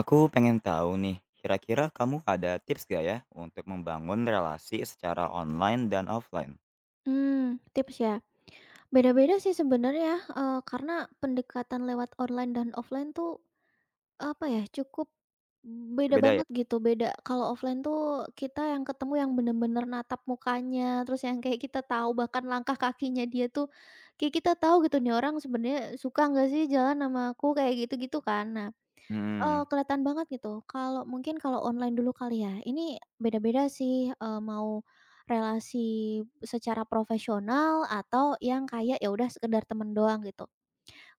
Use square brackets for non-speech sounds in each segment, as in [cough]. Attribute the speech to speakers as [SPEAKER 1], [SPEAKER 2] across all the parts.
[SPEAKER 1] Aku pengen tahu nih, kira-kira kamu ada tips gak ya untuk membangun relasi secara online dan offline?
[SPEAKER 2] Tips ya? Beda-beda sih sebenarnya, karena pendekatan lewat online dan offline tuh, apa ya, cukup beda
[SPEAKER 1] Berbeda ya?
[SPEAKER 2] banget gitu, beda. Kalau offline tuh kita yang ketemu yang bener-bener natap mukanya, terus yang kayak kita tahu bahkan langkah kakinya dia tuh, kayak kita tahu gitu, "Nih orang sebenarnya suka nggak sih jalan sama aku?" Kayak gitu-gitu kan. Nah,
[SPEAKER 1] Hmm,
[SPEAKER 2] kelihatan banget gitu. Kalau mungkin kalau online dulu kali ya, ini beda-beda sih, mau relasi secara profesional atau yang kayak ya udah sekedar temen doang gitu.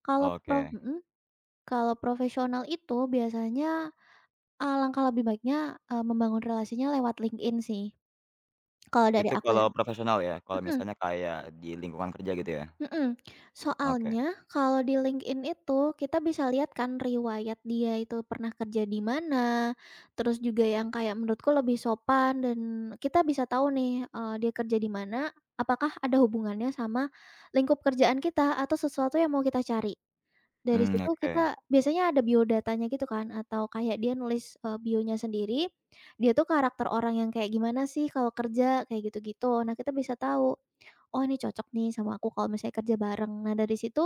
[SPEAKER 2] Kalau pro
[SPEAKER 1] oke.
[SPEAKER 2] mhm, kalau profesional itu biasanya alangkah lebih baiknya, membangun relasinya lewat LinkedIn sih, kalau dari
[SPEAKER 1] Itu
[SPEAKER 2] aku ya.
[SPEAKER 1] kalau profesional ya? Kalau
[SPEAKER 2] Mhm.
[SPEAKER 1] misalnya kayak di lingkungan kerja gitu ya?
[SPEAKER 2] Mhm.
[SPEAKER 1] Oke.
[SPEAKER 2] Soalnya kalau di LinkedIn itu kita bisa lihat kan riwayat dia itu pernah kerja di mana, terus juga yang kayak menurutku lebih sopan dan kita bisa tahu nih, dia kerja di mana, apakah ada hubungannya sama lingkup kerjaan kita atau sesuatu yang mau kita cari. Dari
[SPEAKER 1] Hmm,
[SPEAKER 2] situ
[SPEAKER 1] oke.
[SPEAKER 2] kita biasanya ada biodatanya gitu kan atau kayak dia nulis, bionya sendiri, dia tuh karakter orang yang kayak gimana sih kalau kerja, kayak gitu-gitu. Nah, kita bisa tahu, "Oh ini cocok nih sama aku kalau misalnya kerja bareng." Nah dari situ,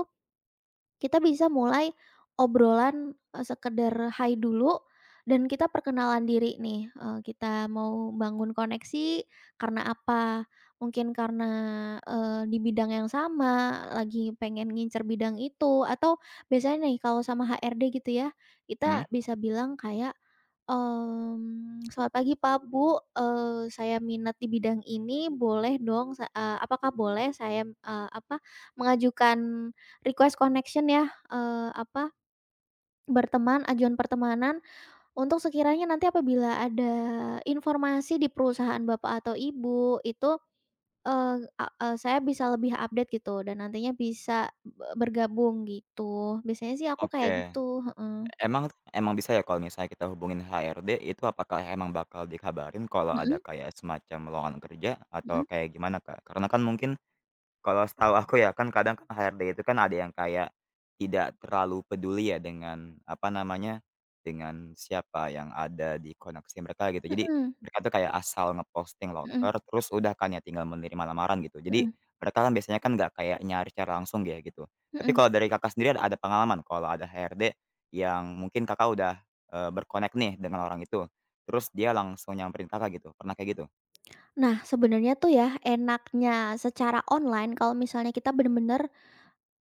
[SPEAKER 2] kita bisa mulai obrolan, sekedar hai dulu dan kita perkenalan diri nih, kita mau bangun koneksi karena apa, mungkin karena, di bidang yang sama, lagi pengen ngincer bidang itu, atau biasanya nih kalau sama HRD gitu ya, kita
[SPEAKER 1] Hmm,
[SPEAKER 2] bisa bilang kayak, "Selamat pagi Pak, Bu, saya minat di bidang ini, boleh dong apakah boleh saya, apa, mengajukan request connection ya, eee, apa, berteman, ajuan pertemanan untuk sekiranya nanti apabila ada informasi di perusahaan bapak atau ibu itu, eee, saya bisa lebih update gitu dan nantinya bisa bergabung gitu. Biasanya sih aku kayak
[SPEAKER 1] oke.
[SPEAKER 2] gitu, heeh."
[SPEAKER 1] Emang emang bisa ya kalau misalnya kita hubungin HRD itu apakah emang bakal dikabarin kalau ada
[SPEAKER 2] Mhm,
[SPEAKER 1] kayak semacam lowongan kerja atau
[SPEAKER 2] mhm,
[SPEAKER 1] kayak gimana, Kak? Karena kan mungkin. Kalau setahu aku ya kan kadang kan HRD itu kan ada yang kayak tidak terlalu peduli ya dengan, apa namanya, dengan siapa yang ada di koneksi mereka gitu. Jadi
[SPEAKER 2] mhm,
[SPEAKER 1] mereka tuh kayak asal ngeposting
[SPEAKER 2] mhm,
[SPEAKER 1] loker terus udah kan ya tinggal menerima lamaran gitu. Jadi
[SPEAKER 2] mhm,
[SPEAKER 1] mereka kan biasanya kan nggak kayak nyari secara langsung ya gitu. Tapi
[SPEAKER 2] mhm.
[SPEAKER 1] kalau dari Kakak sendiri ada pengalaman kalau ada HRD yang mungkin Kakak udah, berkonek nih dengan orang itu, terus dia langsung nyamperin Kakak gitu, pernah kayak gitu?
[SPEAKER 2] Nah sebenarnya tuh ya enaknya secara online kalau misalnya kita bener-bener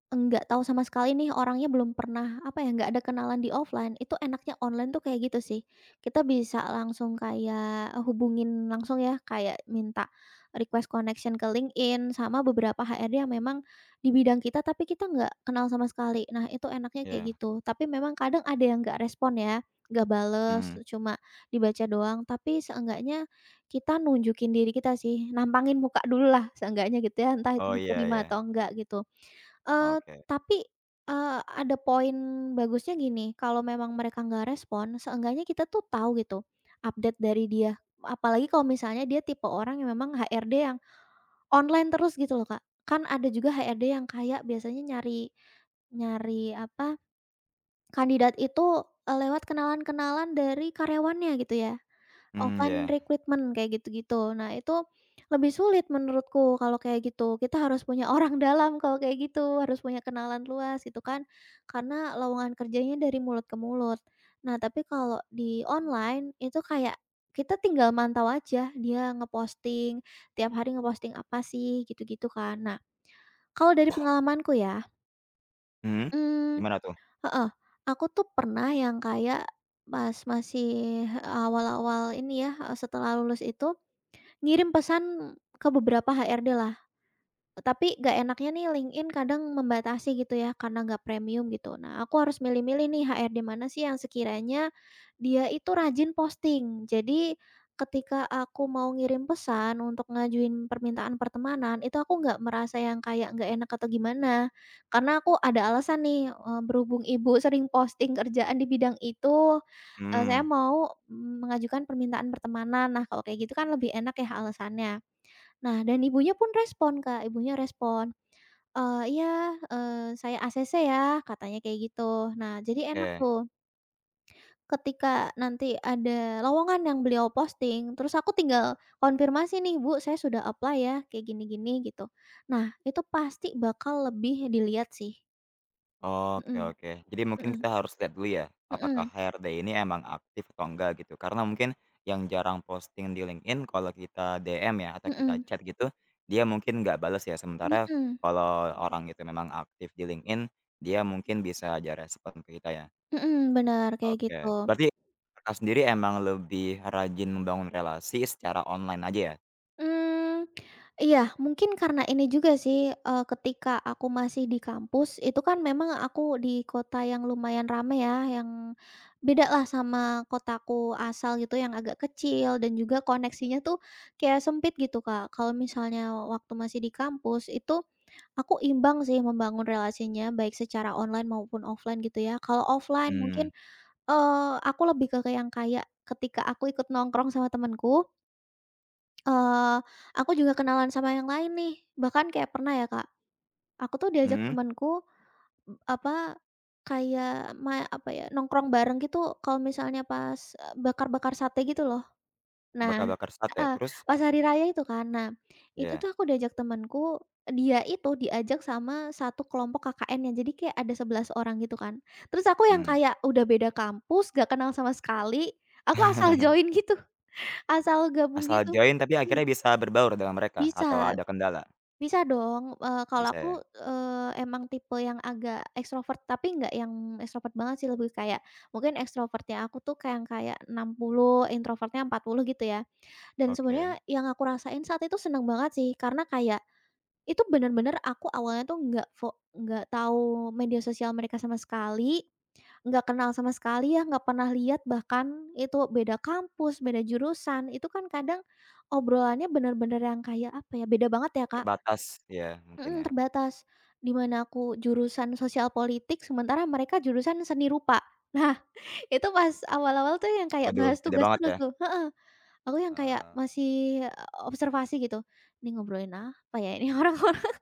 [SPEAKER 2] enggak tahu sama sekali nih orangnya belum pernah, apa ya, nggak ada kenalan di offline, itu enaknya online tuh kayak gitu sih. Kita bisa langsung kayak hubungin langsung ya, kayak minta request connection ke LinkedIn sama beberapa HRD yang memang di bidang kita, tapi kita nggak kenal sama sekali. Nah, itu enaknya kayak
[SPEAKER 1] Iya,
[SPEAKER 2] gitu. Tapi memang kadang ada yang nggak respon ya, nggak bales,
[SPEAKER 1] mhm,
[SPEAKER 2] cuma dibaca doang, tapi seenggaknya kita nunjukin diri kita sih, nampangin muka dulu lah seenggaknya gitu ya, entah itu
[SPEAKER 1] oh iya
[SPEAKER 2] diterima
[SPEAKER 1] iya,
[SPEAKER 2] atau enggak gitu. Eee,
[SPEAKER 1] oke,
[SPEAKER 2] tapi, ada poin bagusnya gini, kalau memang mereka nggak respon, seenggaknya kita tuh tahu gitu, update dari dia. Apalagi kalau misalnya dia tipe orang yang memang HRD yang online terus gitu loh, Kak. Kan ada juga HRD yang kayak biasanya nyari nyari apa, kandidat itu, lewat kenalan-kenalan dari karyawannya gitu ya.
[SPEAKER 1] hmm,
[SPEAKER 2] Offline
[SPEAKER 1] ya.
[SPEAKER 2] recruitment kayak gitu-gitu. Nah itu lebih sulit menurutku kalau kayak gitu. Kita harus punya orang [laughs] dalam kalau kayak gitu, harus punya kenalan luas gitu kan. Karena lowongan kerjanya dari mulut ke mulut. Nah tapi kalau di online itu kayak kita tinggal mantau aja dia ngeposting, tiap hari ngeposting apa sih gitu-gitu kan. Nah kalau dari pengalamanku ya,
[SPEAKER 1] Mhm,
[SPEAKER 2] mmm,
[SPEAKER 1] gimana tuh?
[SPEAKER 2] heeh, aku tuh pernah yang kayak pas awal-awal ini ya, setelah lulus itu ngirim pesan ke beberapa HRD-lah tapi nggak enaknya nih LinkedIn kadang membatasi gitu ya karena nggak premium gitu. Nah aku harus milih-milih nih HR di mana sih yang sekiranya dia itu rajin posting. Jadi ketika aku mau ngirim pesan untuk ngajuin permintaan pertemanan itu aku nggak merasa yang kayak nggak enak atau gimana. Karena aku ada alasan nih, berhubung ibu [laughs] sering posting kerjaan di bidang itu, saya
[SPEAKER 1] Mmm,
[SPEAKER 2] mau mengajukan permintaan pertemanan. Nah kalau kayak gitu kan lebih enak ya alasannya. Nah, dan ibunya pun respon, Kak, ibunya respon, "Iya, eee, saya ACC ya," katanya kayak gitu. Nah, jadi enak
[SPEAKER 1] oke.
[SPEAKER 2] tuh ketika nanti ada lowongan yang beliau posting, terus aku tinggal konfirmasi nih, "Bu, saya sudah apply ya, kayak gini-gini," gitu. Nah, itu pasti bakal lebih dilihat sih.
[SPEAKER 1] Oke,
[SPEAKER 2] Mhm,
[SPEAKER 1] oke. Jadi mungkin
[SPEAKER 2] mhm,
[SPEAKER 1] kita harus lihat dulu ya, apakah
[SPEAKER 2] mhm,
[SPEAKER 1] HRD ini emang aktif atau enggak gitu. Karena mungkin yang jarang posting di LinkedIn kalau kita DM ya atau kita
[SPEAKER 2] mhm,
[SPEAKER 1] chat gitu, dia mungkin nggak bales ya.
[SPEAKER 2] mhm,
[SPEAKER 1] Sementara
[SPEAKER 2] mhm,
[SPEAKER 1] kalau orang itu memang aktif di LinkedIn, dia mungkin bisa aja respon ke kita ya.
[SPEAKER 2] mhm, bener, kayak gitu.
[SPEAKER 1] Oke, berarti Kakak sendiri emang lebih rajin membangun relasi secara online aja ya?
[SPEAKER 2] Mmm, iya mungkin karena ini juga sih, ketika aku masih di kampus itu kan memang aku di kota yang lumayan rame ya, yang bedalah sama kotaku asal gitu yang agak kecil dan juga koneksinya tuh kayak sempit gitu, Kak. Kalau misalnya waktu masih di kampus itu aku imbang sih membangun relasinya baik secara online maupun offline gitu ya. Kalau offline mungkin,
[SPEAKER 1] Mmm,
[SPEAKER 2] aku lebih ke yang kayak ketika aku ikut nongkrong sama temenku. Eee, aku juga kenalan sama yang lain nih, bahkan kayak pernah ya, Kak, aku tuh diajak
[SPEAKER 1] mhm,
[SPEAKER 2] temenku, apa, kayak apa ya, nongkrong bareng gitu kalau misalnya pas, bakar-bakar sate gitu loh. Nah
[SPEAKER 1] bakar-bakar sate
[SPEAKER 2] heeh,
[SPEAKER 1] terus?
[SPEAKER 2] pas hari raya itu kan. Nah, itu
[SPEAKER 1] Iya,
[SPEAKER 2] tuh aku diajak temenku, dia itu diajak sama satu kelompok KKN-nya, jadi kayak ada 11 orang gitu kan. Terus aku yang
[SPEAKER 1] mmm.
[SPEAKER 2] kayak udah beda kampus, gak kenal sama sekali, aku asal
[SPEAKER 1] [laughs]
[SPEAKER 2] join gitu, asal gabung
[SPEAKER 1] Asal
[SPEAKER 2] gitu.
[SPEAKER 1] join tapi
[SPEAKER 2] Mhm,
[SPEAKER 1] akhirnya bisa berbaur dengan mereka atau
[SPEAKER 2] bisa.
[SPEAKER 1] ada kendala?
[SPEAKER 2] Bisa dong, kalau
[SPEAKER 1] Bisa
[SPEAKER 2] aku,
[SPEAKER 1] ya?
[SPEAKER 2] emang tipe yang agak ekstrovert, tapi nggak yang ekstrovert banget sih, lebih kayak mungkin ekstrovertnya aku tuh kayak kayak 60 introvertnya 40 gitu ya. Dan sebenarnya
[SPEAKER 1] Oke.
[SPEAKER 2] yang aku rasain saat itu seneng banget sih, karena kayak itu bener-bener aku awalnya tuh nggak tahu media sosial mereka sama sekali, nggak kenal sama sekali ya, nggak pernah lihat bahkan, itu beda kampus, beda jurusan, itu kan kadang obrolannya bener-bener yang kayak apa ya, beda banget ya Kak.
[SPEAKER 1] Terbatas ya mungkin
[SPEAKER 2] Mhm,
[SPEAKER 1] ya.
[SPEAKER 2] terbatas. Di mana aku jurusan sosial politik, sementara mereka jurusan seni rupa. [laughs] Nah, itu pas awal-awal tuh yang kayak
[SPEAKER 1] Waduh
[SPEAKER 2] bahas
[SPEAKER 1] beda
[SPEAKER 2] tugas
[SPEAKER 1] banget
[SPEAKER 2] terus
[SPEAKER 1] ya,
[SPEAKER 2] tuh heeh, aku yang kayak
[SPEAKER 1] eee,
[SPEAKER 2] masih, observasi gitu, "Ini ngobrolin apa ya ini [laughs] orang-orang?"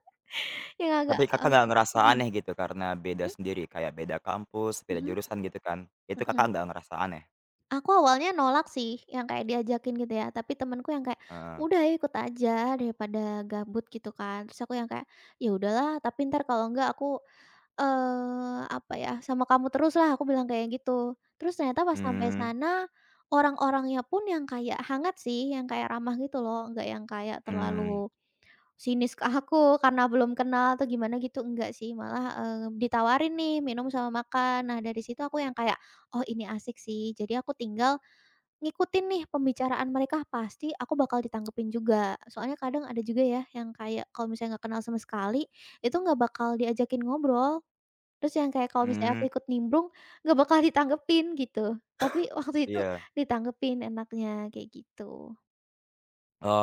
[SPEAKER 2] Yang agak,
[SPEAKER 1] tapi Kakak nggak ngerasa
[SPEAKER 2] mmm,
[SPEAKER 1] aneh gitu karena beda
[SPEAKER 2] mhm,
[SPEAKER 1] sendiri kayak beda kampus, beda
[SPEAKER 2] mhm,
[SPEAKER 1] jurusan gitu kan? Itu
[SPEAKER 2] mhm,
[SPEAKER 1] Kakak
[SPEAKER 2] mhm.
[SPEAKER 1] nggak ngerasa aneh?
[SPEAKER 2] Aku awalnya nolak sih yang kayak diajakin gitu ya, tapi temenku yang kayak,
[SPEAKER 1] Heeh.
[SPEAKER 2] "Udah ayo ikut aja daripada gabut," gitu kan. Terus aku yang kayak, "Ya udahlah, tapi entar kalau enggak aku apa ya, sama kamu terus lah," aku bilang kayak gitu. Terus ternyata pas sampai
[SPEAKER 1] Mmm,
[SPEAKER 2] sana, orang-orangnya pun yang kayak hangat sih, yang kayak ramah gitu loh, nggak yang kayak
[SPEAKER 1] mmm,
[SPEAKER 2] terlalu sinis ke aku karena belum kenal atau gimana gitu, enggak sih. Malah, ditawarin nih minum sama makan. Nah, dari situ aku yang kayak, "Oh, ini asik sih." Jadi aku tinggal ngikutin nih pembicaraan mereka, pasti aku bakal ditanggepin juga. Soalnya kadang ada juga ya yang kayak kalau misalnya nggak kenal sama sekali, itu nggak bakal diajakin ngobrol. Terus yang kayak kalau misalnya aku
[SPEAKER 1] mmm,
[SPEAKER 2] ikut nimbrung, nggak bakal ditanggepin gitu, tapi waktu itu
[SPEAKER 1] iya.
[SPEAKER 2] ditanggepin enaknya, kayak gitu.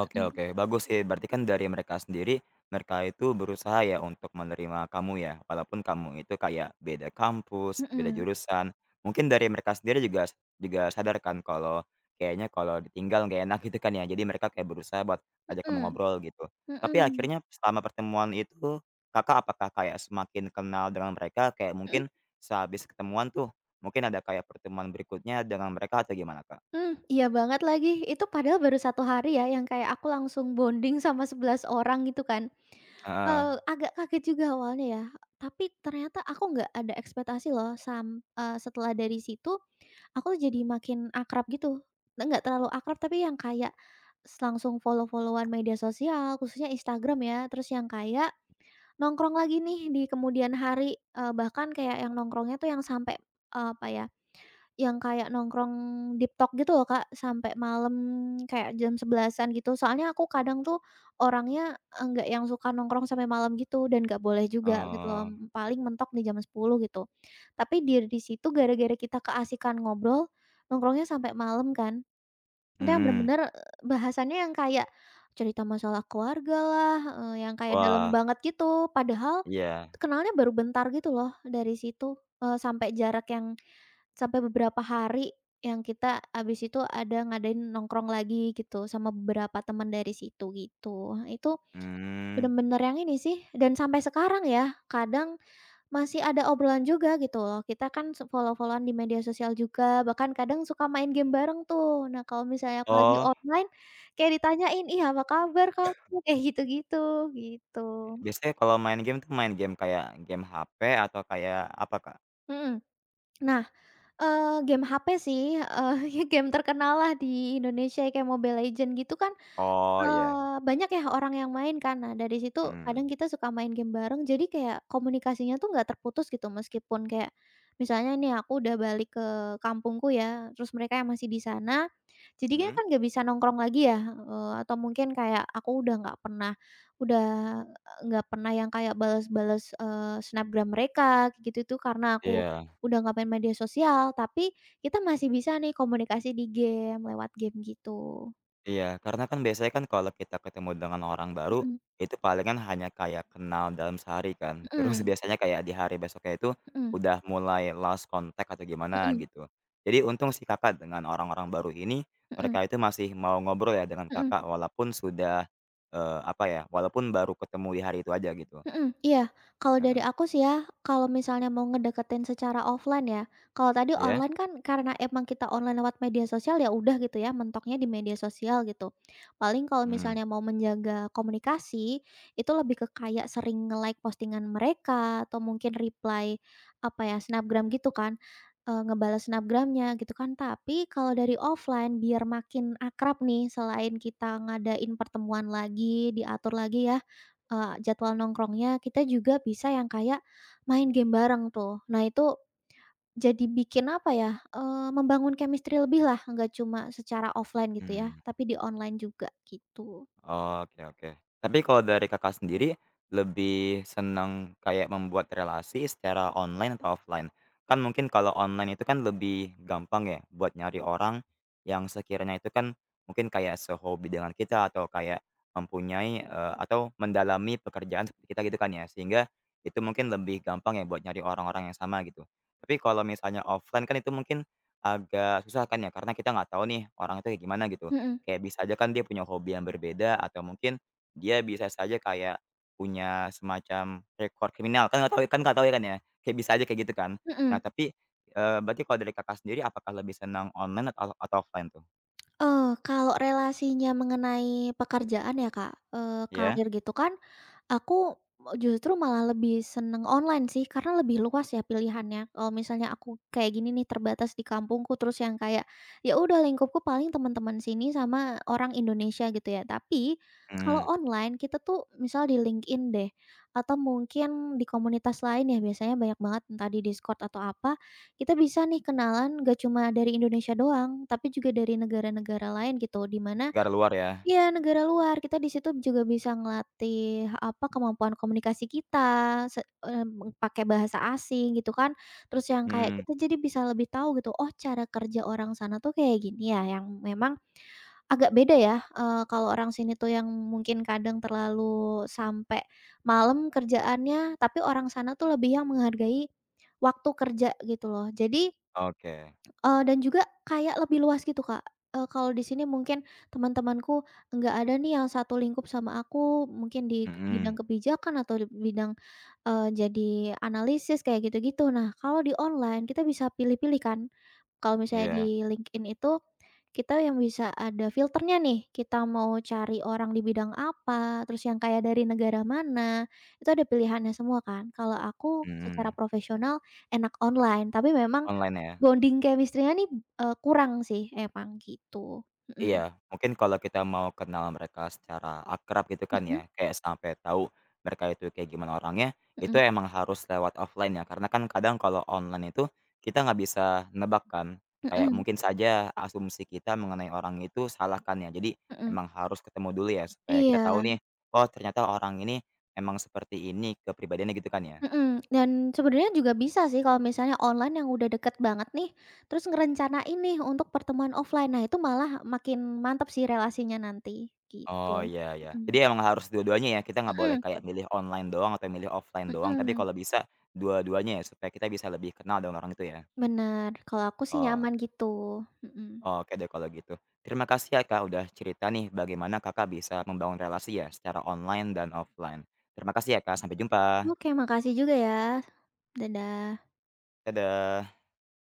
[SPEAKER 1] Oke,
[SPEAKER 2] Mhm.
[SPEAKER 1] oke, bagus sih berarti kan dari mereka sendiri, mereka itu berusaha ya untuk menerima kamu ya, walaupun kamu itu kayak beda kampus, beda
[SPEAKER 2] Mhm,
[SPEAKER 1] jurusan. Mungkin dari mereka sendiri juga juga sadar kan kalau kayaknya kalau ditinggal nggak enak gitu kan ya, jadi mereka kayak berusaha buat ajak kamu
[SPEAKER 2] mhm,
[SPEAKER 1] ngobrol gitu. Tapi
[SPEAKER 2] mhm,
[SPEAKER 1] akhirnya selama pertemuan itu, Kakak apakah kayak semakin kenal dengan mereka kayak
[SPEAKER 2] mhm,
[SPEAKER 1] mungkin sehabis ketemuan tuh, mungkin ada kayak pertemuan berikutnya dengan mereka atau gimana, Kak?
[SPEAKER 2] mhm, iya banget lagi, itu padahal baru satu hari ya, yang kayak aku langsung bonding sama 11 orang gitu kan.
[SPEAKER 1] Heeh,
[SPEAKER 2] Agak kaget juga awalnya ya, tapi ternyata aku nggak ada ekspektasi loh, setelah dari situ, aku jadi makin akrab gitu. Enggak terlalu akrab tapi yang kayak langsung follow-follow-an media sosial, khususnya Instagram ya, terus yang kayak nongkrong lagi nih di kemudian hari, bahkan kayak yang nongkrongnya tuh yang sampai, apa ya, yang kayak nongkrong deep talk gitu loh, Kak, sampai malam kayak jam 11-an gitu. Soalnya aku kadang tuh orangnya enggak yang suka nongkrong sampai malam gitu dan nggak boleh juga gitu loh,
[SPEAKER 1] oh,
[SPEAKER 2] paling mentok di jam 10 gitu. Tapi di situ gara-gara kita keasikan ngobrol, nongkrongnya sampai malam kan. Itu yang
[SPEAKER 1] mhm,
[SPEAKER 2] bener-bener, bahasannya yang kayak cerita masalah keluargalah, yang kayak dalam
[SPEAKER 1] wah.
[SPEAKER 2] banget gitu. Padahal
[SPEAKER 1] Iya,
[SPEAKER 2] kenalnya baru bentar gitu loh dari situ, eee, sampai jarak yang Sampai beberapa hari yang kita abis itu ada ngadain nongkrong lagi gitu sama beberapa teman dari situ gitu. Itu
[SPEAKER 1] mmm,
[SPEAKER 2] bener-bener yang ini sih dan sampai sekarang ya kadang masih ada obrolan juga gitu loh. Kita kan follow followan di media sosial juga, bahkan kadang suka main game bareng tuh. Nah kalau misalnya aku lagi
[SPEAKER 1] oh,
[SPEAKER 2] online kayak ditanyain, "Ih apa kabar kamu?" Kayak gitu-gitu, gitu.
[SPEAKER 1] biasanya kalau main game tuh main game kayak game HP atau kayak apa, Kak?
[SPEAKER 2] Mhm. Nah, game HP sih, [laughs] game terkenal lah di Indonesia kayak Mobile Legends gitu kan.
[SPEAKER 1] Oh iya,
[SPEAKER 2] Banyak ya orang yang main kan. Nah, dari situ
[SPEAKER 1] mhm,
[SPEAKER 2] kadang kita suka main game bareng, jadi kayak komunikasinya tuh nggak terputus gitu. Meskipun kayak misalnya nih aku udah balik ke kampungku ya, terus mereka yang masih di sana, jadinya
[SPEAKER 1] mhm?
[SPEAKER 2] kan nggak bisa nongkrong lagi ya, atau mungkin kayak aku udah nggak pernah yang kayak bales-bales, snapgram mereka kayak gitu tuh, karena aku
[SPEAKER 1] Iya,
[SPEAKER 2] udah nggak main media sosial, tapi kita masih bisa nih komunikasi di game, lewat game gitu.
[SPEAKER 1] iya, karena kan biasanya kan kalau kita ketemu dengan orang baru,
[SPEAKER 2] Mhm,
[SPEAKER 1] itu palingan hanya kayak kenal dalam sehari kan, [laughs] terus
[SPEAKER 2] mhm.
[SPEAKER 1] biasanya kayak di hari besoknya itu
[SPEAKER 2] Mhm,
[SPEAKER 1] udah mulai lost contact atau gimana
[SPEAKER 2] mhm,
[SPEAKER 1] gitu. Jadi untung sih Kakak dengan orang-orang baru ini,
[SPEAKER 2] mhm,
[SPEAKER 1] mereka itu masih mau ngobrol ya dengan
[SPEAKER 2] mhm.
[SPEAKER 1] Kakak walaupun sudah, apa ya, walaupun baru ketemu di hari itu aja gitu.
[SPEAKER 2] Mhm, iya. Kalau dari
[SPEAKER 1] Heeh,
[SPEAKER 2] aku sih ya, kalau misalnya mau ngedeketin secara offline ya, kalau tadi
[SPEAKER 1] iya?
[SPEAKER 2] online kan karena emang kita online lewat media sosial ya udah gitu ya, mentoknya di media sosial gitu. Paling kalau
[SPEAKER 1] Mmm,
[SPEAKER 2] misalnya mau menjaga komunikasi, itu lebih ke kayak sering nge-like postingan mereka atau mungkin reply apa ya, snapgram gitu kan, ngebales snapgram gitu kan. Tapi kalau dari offline biar makin akrab nih selain kita ngadain pertemuan lagi, diatur lagi ya, jadwal nongkrongnya, kita juga bisa yang kayak main game bareng tuh. Nah, itu jadi bikin apa ya, membangun chemistry lebih lah, nggak cuma secara offline gitu ya,
[SPEAKER 1] mmm.
[SPEAKER 2] tapi di online juga gitu.
[SPEAKER 1] Oke, oke. Tapi kalau dari Kakak sendiri, lebih senang kayak membuat relasi secara online atau offline? Kan mungkin kalau online itu kan lebih gampang ya buat nyari orang yang sekiranya itu kan mungkin kayak sehobi dengan kita atau kayak mempunyai, atau mendalami pekerjaan seperti kita gitu kan ya, sehingga itu mungkin lebih gampang ya buat nyari orang-orang yang sama gitu. Tapi kalau misalnya offline kan itu mungkin agak susah kan ya, karena kita nggak tahu nih orang itu kayak gimana gitu.
[SPEAKER 2] Mhm,
[SPEAKER 1] Kayak bisa aja kan dia punya hobi yang berbeda atau mungkin dia bisa saja kayak punya semacam rekor kriminal, kan nggak tahu ya kan ya, kayak bisa aja kayak gitu kan. Nah
[SPEAKER 2] mhm.
[SPEAKER 1] tapi, berarti kalau dari Kakak sendiri apakah lebih senang online atau offline tuh?
[SPEAKER 2] Kalau relasinya mengenai pekerjaan ya, Kak,
[SPEAKER 1] Ya,
[SPEAKER 2] karir gitu kan. Aku justru malah lebih seneng online sih, karena lebih luas ya pilihannya. Kalau misalnya aku kayak gini nih, terbatas di kampungku, terus yang kayak, ya udah lingkupku paling teman-teman sini sama orang Indonesia gitu ya. Tapi kalau
[SPEAKER 1] mhm,
[SPEAKER 2] online kita tuh misal di LinkedIn deh, atau mungkin di komunitas lain ya, biasanya banyak banget entah di Discord atau apa, kita bisa nih kenalan gak cuma dari Indonesia doang, tapi juga dari negara-negara lain gitu. Di mana
[SPEAKER 1] negara luar ya?
[SPEAKER 2] Iya, negara luar. Kita di situ juga bisa ngelatih, apa, kemampuan komunikasi kita, se eee, pakai bahasa asing gitu kan. Terus yang kayak
[SPEAKER 1] Mhm,
[SPEAKER 2] kita jadi bisa lebih tahu gitu, oh cara kerja orang sana tuh kayak gini ya, yang memang agak beda ya, kalau orang sini tuh yang mungkin kadang terlalu sampai malam kerjaannya, tapi orang sana tuh lebih yang menghargai waktu kerja gitu loh. Jadi,
[SPEAKER 1] oke,
[SPEAKER 2] Dan juga kayak lebih luas gitu, Kak. Kalau di sini mungkin teman-temanku nggak ada nih yang satu lingkup sama aku, mungkin di
[SPEAKER 1] mhm,
[SPEAKER 2] bidang kebijakan atau di bidang, jadi analisis kayak gitu-gitu. Nah, kalau di online kita bisa pilih-pilih kan. Kalau misalnya
[SPEAKER 1] iya,
[SPEAKER 2] di LinkedIn itu kita yang bisa ada filternya nih, kita mau cari orang di bidang apa, terus yang kayak dari negara mana, itu ada pilihannya semua kan. Kalau aku
[SPEAKER 1] mhm,
[SPEAKER 2] secara profesional enak online, tapi memang
[SPEAKER 1] online ya?
[SPEAKER 2] bonding chemistry-nya nih, kurang sih emang gitu. Mhm,
[SPEAKER 1] Iya, mungkin kalau kita mau kenal mereka secara akrab gitu kan ya,
[SPEAKER 2] mhm,
[SPEAKER 1] kayak sampai tahu mereka itu kayak gimana orangnya, itu
[SPEAKER 2] mhm,
[SPEAKER 1] emang harus lewat offline ya, karena kan kadang kalau online itu kita nggak bisa nebak kan, kayak
[SPEAKER 2] mhm,
[SPEAKER 1] mungkin saja asumsi kita mengenai orang itu salah kan ya. Jadi
[SPEAKER 2] mhm.
[SPEAKER 1] emang harus ketemu dulu ya supaya kita tahu
[SPEAKER 2] Iya,
[SPEAKER 1] nih, oh ternyata orang ini emang seperti ini kepribadiannya gitu kan ya.
[SPEAKER 2] mhm, dan sebenarnya juga bisa sih kalau misalnya online yang udah deket banget nih, terus ngerencanain nih untuk pertemuan offline. Nah, itu malah makin mantap sih relasinya nanti, gitu.
[SPEAKER 1] Oh, iya, iya.
[SPEAKER 2] Mhm,
[SPEAKER 1] Jadi emang harus dua-duanya ya, kita nggak boleh
[SPEAKER 2] mhm,
[SPEAKER 1] kayak, mhm, milih online doang atau milih offline doang, tapi
[SPEAKER 2] mhm,
[SPEAKER 1] kalau bisa dua-duanya ya, supaya kita bisa lebih kenal dengan orang itu ya?
[SPEAKER 2] bener, kalau aku sih
[SPEAKER 1] Oh,
[SPEAKER 2] nyaman gitu, mhm.
[SPEAKER 1] oke deh kalau gitu. Terima kasih ya Kak, udah cerita nih bagaimana Kakak bisa membangun relasi ya secara online dan offline. Terima kasih ya Kak, sampai jumpa.
[SPEAKER 2] Oke, makasih juga ya. Dadah.
[SPEAKER 1] Dadah.